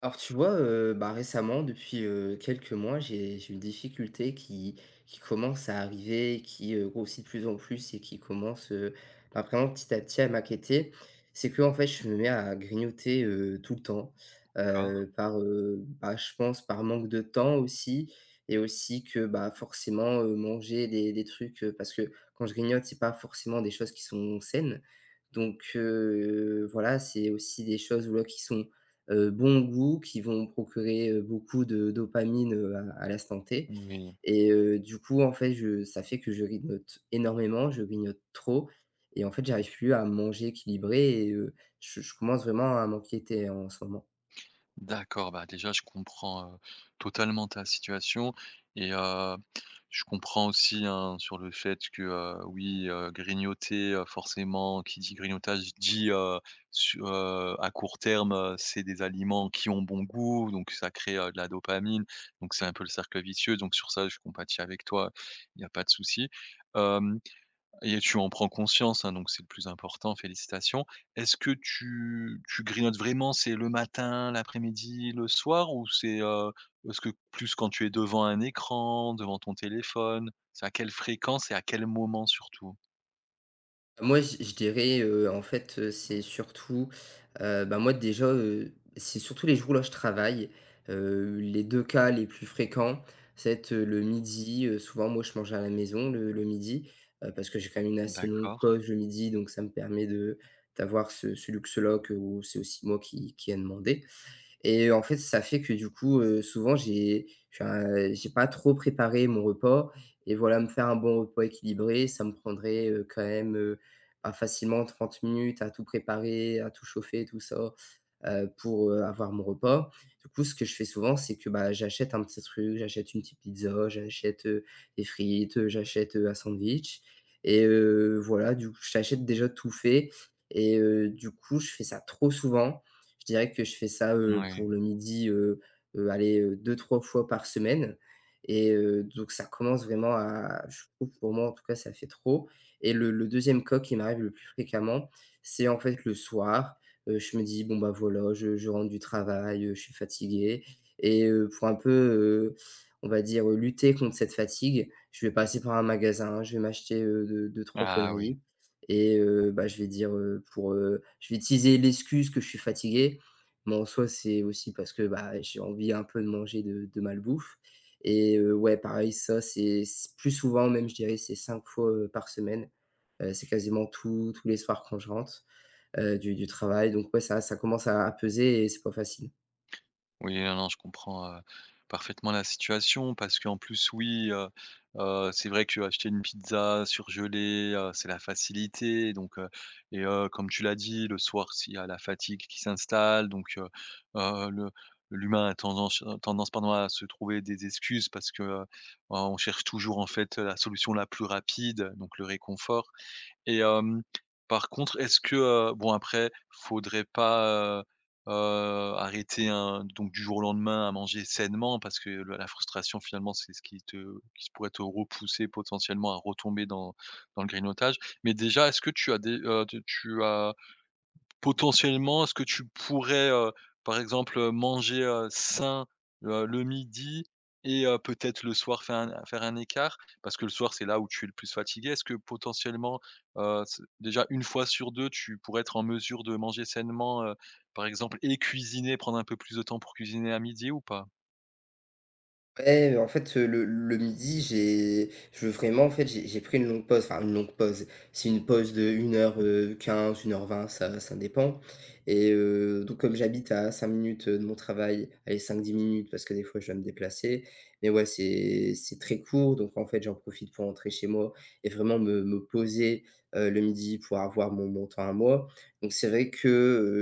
Alors tu vois, bah, récemment depuis, quelques mois, j'ai une difficulté qui commence à arriver, qui, grossit de plus en plus et qui commence, bah, vraiment petit à petit à m'inquiéter. C'est que en fait, je me mets à grignoter, tout le temps, D'accord, bah, je pense par manque de temps aussi et aussi que, bah, forcément, manger des trucs, parce que quand je grignote, c'est pas forcément des choses qui sont saines. Donc voilà, c'est aussi des choses, voilà, qui sont bon goût, qui vont procurer, beaucoup de dopamine, à l'instant T oui, et du coup, en fait, je ça fait que je grignote énormément, je grignote trop et en fait, j'arrive plus à manger équilibré et je commence vraiment à m'inquiéter hein, en ce moment. d'accord, bah, déjà je comprends, totalement ta situation et je comprends aussi, hein, sur le fait que, oui, grignoter, forcément qui dit grignotage dit, su à court terme, c'est des aliments qui ont bon goût, donc ça crée, de la dopamine, donc c'est un peu le cercle vicieux, donc sur ça je compatis avec toi, il n'y a pas de souci. Hem Et tu en prends conscience, hein, donc c'est le plus important, félicitations. Est-ce que tu grignotes vraiment, c'est le matin, l'après-midi, le soir ou c'est, est-ce que plus quand tu es devant un écran, devant ton téléphone? C'est à quelle fréquence et à quel moment surtout? Moi, je dirais, en fait, c'est surtout, bah, moi déjà, c'est surtout les jours où là je travaille, les 2 cas les plus fréquents, c'est va le midi, souvent moi je mange à la maison le midi, parce que j'ai quand même une assez longue D'accord. pause le midi donc ça me permet de d'avoir ce luxe-là que où c'est aussi moi qui a demandé. Et en fait, ça fait que du coup, souvent j'ai pas trop préparé mon repas et voilà, me faire un bon repas équilibré, ça me prendrait, quand même, bah, facilement 30 minutes à tout préparer, à tout chauffer, tout ça, pour, avoir mon repas. Du coup, ce que je fais souvent, c'est que, bah, j'achète un petit truc, j'achète une petite pizza, j'achète, des frites, j'achète, un sandwich et voilà, du coup, j'achète déjà tout fait et du coup, je fais ça trop souvent je dirais que je fais ça, Oui. pour le midi, allez, 2-3 fois par semaine et donc ça commence vraiment à je trouve pour moi en tout cas, ça fait trop et le 2e qui m'arrive le plus fréquemment, c'est en fait le soir. Je me dis: «Bon, bah, voilà, je rentre du travail, je suis fatigué» et pour un peu, on va dire, lutter contre cette fatigue, je vais passer par un magasin, je vais m'acheter, 2-2-3 Ah oui. conneries et bah, je vais dire, je vais utiliser l'excuse que je suis fatigué, mais en soi, c'est aussi parce que, bah, j'ai envie un peu de manger de malbouffe et ouais, pareil, ça, c'est s plus souvent même, je dirais, c'est 5 fois, par semaine. C'est quasiment tous les soirs quand je rentre, du travail donc ouais, ça commence à peser et c'est pas facile. Oui, non, non, je comprends, parfaitement la situation parce qu'en plus, oui, heu, c'est vrai que acheter une pizza surgelée, c'est la facilité donc et comme tu l'as dit, le soir, s'il y a la fatigue qui s'installe donc le l'humain a tendance tendance, pardon, à se trouver des excuses parce que, on cherche toujours, en fait, la solution la plus rapide, donc le réconfort et par contre, est-ce que, bon après, faudrait pas, heu, arrêter un donc du jour au lendemain à manger sainement parce que le la frustration finalement c'est ce qui te qui pourrait te repousser potentiellement à retomber dans le grignotage. Mais déjà, est-ce que tu as des tu tu as Potentiellement, est-ce que tu pourrais, par exemple, manger, sain, le midi et peut-être le soir faire un écart? Parce que le soir, c'est là où tu es le plus fatigué. Est-ce que potentiellement, ce déjà une fois sur 2, tu pourrais être en mesure de manger sainement, par exemple et cuisiner, prendre un peu plus de temps pour cuisiner à midi ou pas? Ouais, en fait, le midi, j'ai je veux vraiment en fait, j'ai pris une longue pause, enfin une longue pause. C'est une pause de 1h15, 1h20, ça dépend et donc comme j'habite à 5 minutes, de mon travail, allez cinq dix minutes parce que des fois je dois me déplacer, mais ouais, c'est très court donc en fait, j'en profite pour rentrer chez moi et vraiment me poser, le midi pour avoir mon temps à moi. Donc c'est vrai que,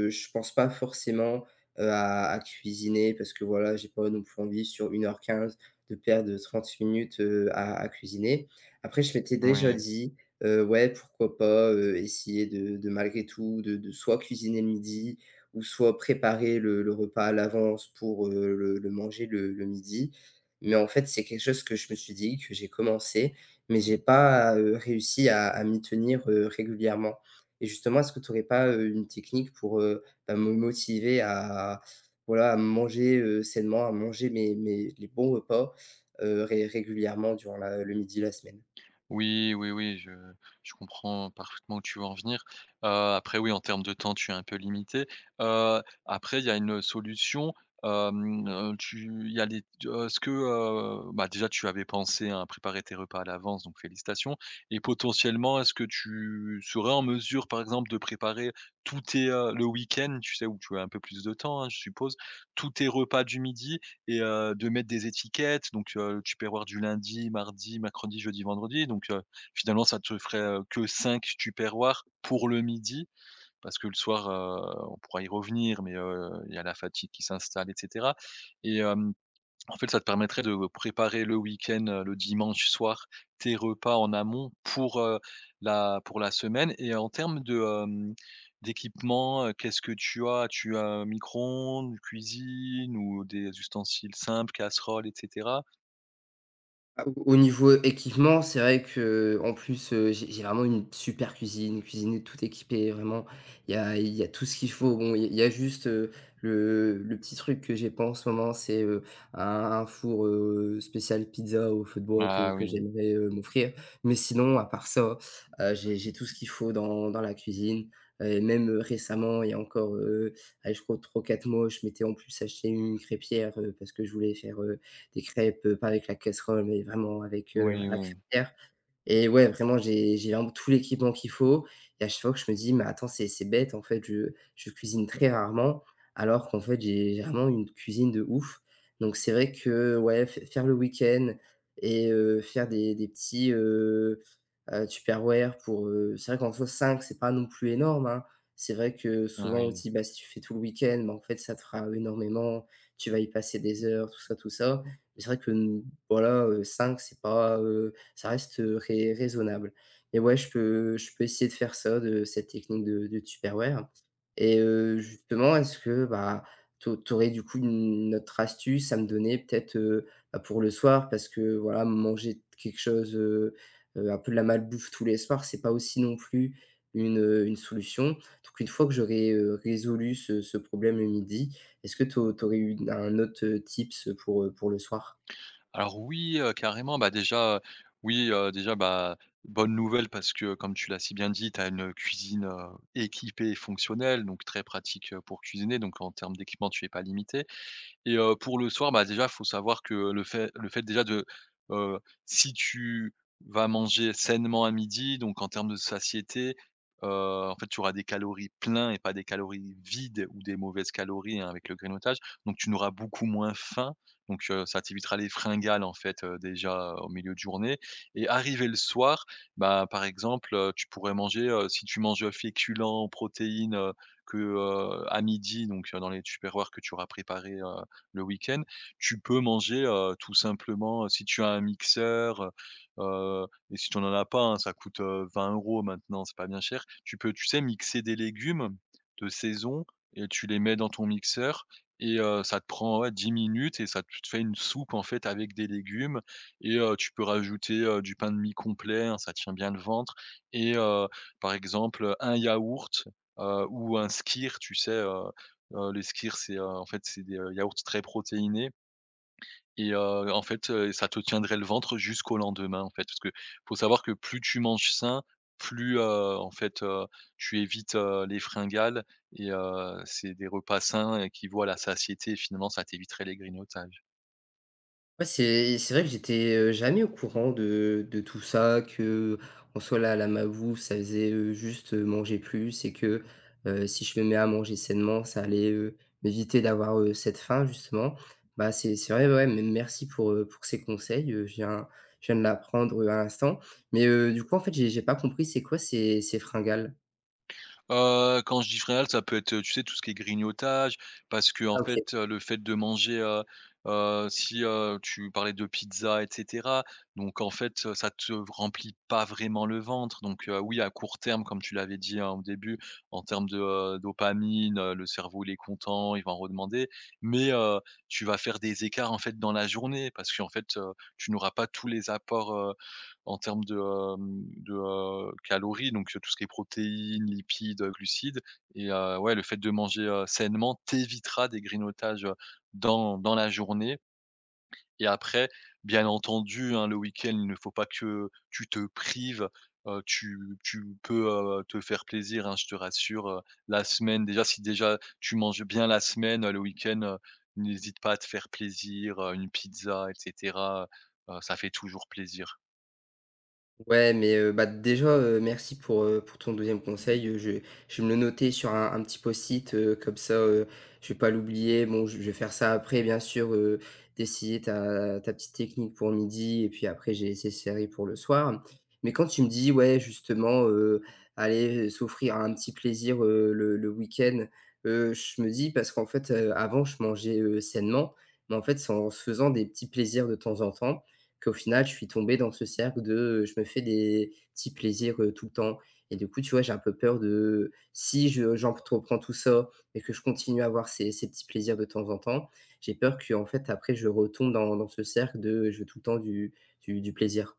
je pense pas forcément à cuisiner parce que voilà, j'ai pas non plus envie sur 1h15 de perdre 30 minutes, à cuisiner. Après je m'étais déjà Oui. dit, ouais, pourquoi pas, essayer de malgré tout de soit cuisiner le midi ou soit préparer le repas à l'avance pour, le manger le midi. Mais en fait, c'est quelque chose que je me suis dit, que j'ai commencé, mais j'ai pas, réussi à m'y tenir, régulièrement. Et justement, est-ce que tu n'aurais pas, une technique pour, bah, me motiver à voilà, à manger, sainement, à manger mes mes les bons repas, ré régulièrement durant la le midi la semaine. Oui, oui, oui, je comprends parfaitement où tu veux en venir. Heu, après oui, en termes de temps, tu es un peu limité. Heu, après il y a une solution, tu il y a les t est-ce que, bah, déjà tu avais pensé à préparer tes repas à l'avance, donc félicitations et potentiellement, est-ce que tu serais en mesure, par exemple, de préparer tous tes, le week-end, tu sais, où tu as un peu plus de temps, hein, je suppose, tous tes repas du midi? Et de mettre des étiquettes, le Tupperware du lundi, mardi, mercredi, jeudi, vendredi, finalement, ça te ferait, que 5 Tupperware pour le midi parce que le soir, on pourra y revenir mais il y a la fatigue qui s'installe et cetera et hem en fait, ça te permettrait de préparer le week-end, le dimanche soir, tes repas en amont pour, la pour la semaine et en termes de, hem, d'équipement, qu'est-ce que tu as? Tu as un micro-ondes, une cuisine ou des ustensiles simples, casseroles et cetera? Ah, au niveau équipement, c'est vrai que en plus, j'ai vraiment une super cuisine, une cuisine tout équipée, vraiment, il y a tout ce qu'il faut. Bon, il y a juste, le petit truc que j'ai pas en ce moment, c'est, un four, spécial pizza au feu de bois Ah que oui, j'aimerais, m'offrir. Mais sinon, à part ça, j'ai tout ce qu'il faut dans la cuisine. Et même, récemment, il y a encore, allez, je crois trois quatre mois, je m'étais en plus acheté une crêpière, parce que je voulais faire, des crêpes, pas avec la casserole, mais vraiment avec, oui, la oui, crêpière. Et ouais, vraiment, j'ai vraiment tout l'équipement qu'il faut et à chaque fois que je me dis: «Mais attends, c'est bête, en fait, je cuisine très rarement», alors qu'en fait, j'ai vraiment une cuisine de ouf. Donc c'est vrai que, ouais, faire le week-end et faire des petits, Tupperware pour, c'est vrai qu'en soi 5 c'est pas non plus énorme, hein. C'est vrai que ah souvent, on oui. se dit: «Bah, si tu fais tout le week-end, bah, en fait, ça te fera énormément, tu vas y passer des heures», tout ça, tout ça. Mais c'est vrai que, mmh, voilà, 5, c'est pas, ça reste, raisonnable. Et ouais, je peux essayer de faire ça, de cette technique de Tupperware. Et justement, est-ce que, bah, tu aurais du coup une autre astuce à me donner peut-être, bah, pour le soir? Parce que voilà, manger quelque chose, un peu de la malbouffe tous les soirs, c'est pas aussi non plus une solution. Donc une fois que j'aurai, résolu ce problème le midi, est-ce que tu au aurais une un autre, tips pour le soir? Alors oui, carrément, bah, déjà, oui, déjà, bah, bonne nouvelle parce que comme tu l'as si bien dit, tu as une cuisine, équipée et fonctionnelle, donc très pratique, pour cuisiner, donc en termes d'équipement, tu es pas limité. Et pour le soir, bah, déjà, faut savoir que le fait déjà de, heu, si tu vas manger sainement à midi, donc en termes de satiété, en fait, tu auras des calories pleins et pas des calories vides ou des mauvaises calories, hein, avec le grignotage. Donc tu n'auras beaucoup moins faim, ça t'évitera les fringales, en fait, déjà, au milieu de journée et arrivé le soir, bah, par exemple, tu pourrais manger, si tu manges, féculents, protéines, que, à midi, dans les tupperwares que tu auras préparés, le week-end, tu peux manger, tout simplement, si tu as un mixeur, et si tu n'en as pas, hein, ça coûte, 20 € maintenant, c'est pas bien cher. Tu peux, tu sais, mixer des légumes de saison et tu les mets dans ton mixeur et ça te prend, ouais, 10 minutes et ça te fait une soupe, en fait, avec des légumes et tu peux rajouter, du pain de mie complet, hein, ça tient bien le ventre et par exemple, un yaourt, ou un skyr, tu sais, les Skirs, c'est, en fait, c'est des, yaourts très protéinés et en fait, ça te tiendrait le ventre jusqu'au lendemain, en fait. Parce que faut savoir que plus tu manges sain, plus, en fait, tu évites, les fringales et c'est des repas sains, qui voient la satiété et finalement ça t'éviterait les grignotages. Ouais, c'est vrai que j'étais, jamais au courant de tout ça, que en soi la malbouffe, ça faisait, juste, manger plus et que, si je me mets à manger sainement, ça allait, m'éviter d'avoir, cette faim justement. Bah, c'est vrai, ouais, mais merci pour ces conseils, je viens de l'apprendre, à l'instant. Mais, du coup, en fait, j'ai pas compris, c'est quoi ces fringales? Quand je dis fringale, ça peut être, tu sais, tout ce qui est grignotage parce que en Ah, OK. fait, le fait de manger, si, tu parlais de pizza et cetera, donc en fait, ça te remplit pas vraiment le ventre, oui, à court terme, comme tu l'avais dit, hein, au début, en termes de, dopamine, le cerveau, il est content, il va en redemander, mais tu vas faire des écarts, en fait, dans la journée parce qu'en fait, tu n'auras pas tous les apports, en termes de, calories, tout ce qui est protéines, lipides, glucides et ouais, le fait de manger, sainement t'évitera des grignotages, dans la journée et après, bien entendu, hein, le week-end, il ne faut pas que tu te prives, heu, tu tu peux, te faire plaisir, hein, je te rassure, la semaine déjà si déjà tu manges bien la semaine, le week-end, n'hésite pas à te faire plaisir, une pizza et cetera, ça fait toujours plaisir. Ouais, mais bah, déjà, merci pour ton deuxième conseil, je vais me le noter sur un petit post-it, comme ça, je vais pas l'oublier. Bon, je vais faire ça après bien sûr, d'essayer ta petite technique pour midi et puis après j'ai ces séries pour le soir. Mais quand tu me dis, ouais, justement, aller, s'offrir un petit plaisir, le week-end, je me dis parce qu'en fait, avant je mangeais, sainement, mais en fait c'est en se faisant des petits plaisirs de temps en temps qu'au final, je suis tombé dans ce cercle de, je me fais des petits plaisirs, tout le temps et du coup, tu vois, j'ai un peu peur de si je j'entreprends tout ça et que je continue à avoir ces petits plaisirs de temps en temps, j'ai peur qu'en fait, après, je retombe dans ce cercle de, je veux tout le temps du plaisir.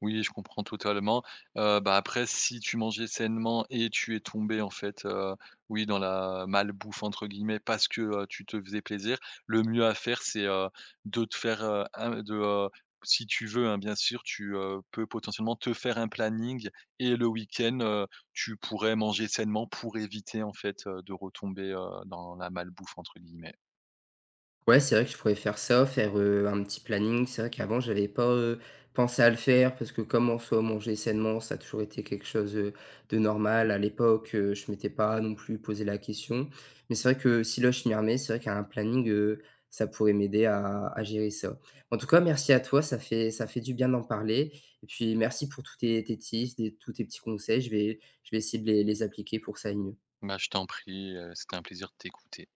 Oui, je comprends totalement. Bah, après si tu mangeais sainement et tu es tombé en fait, oui dans la «malbouffe» entre guillemets parce que, tu te faisais plaisir, le mieux à faire c'est, de te faire, un de, si tu veux, hein, bien sûr, tu peux potentiellement te faire un planning et le week-end, tu pourrais manger sainement pour éviter en fait, de retomber, dans la «malbouffe» entre guillemets. Ouais, c'est vrai que je pourrais faire ça, faire, un petit planning. C'est vrai qu'avant j'avais pas, pensé à le faire parce que comme en soi manger sainement, ça a toujours été quelque chose, de normal à l'époque, je m'étais pas non plus posé la question. Mais c'est vrai que si là je m'y remets, c'est vrai qu'un planning, ça pourrait m'aider à gérer ça. En tout cas, merci à toi, ça fait du bien d'en parler et puis merci pour tous tes tes tips, tes tous tes petits conseils. Je vais essayer de les appliquer pour que ça aille mieux. Bah, je t'en prie, c'était un plaisir de t'écouter.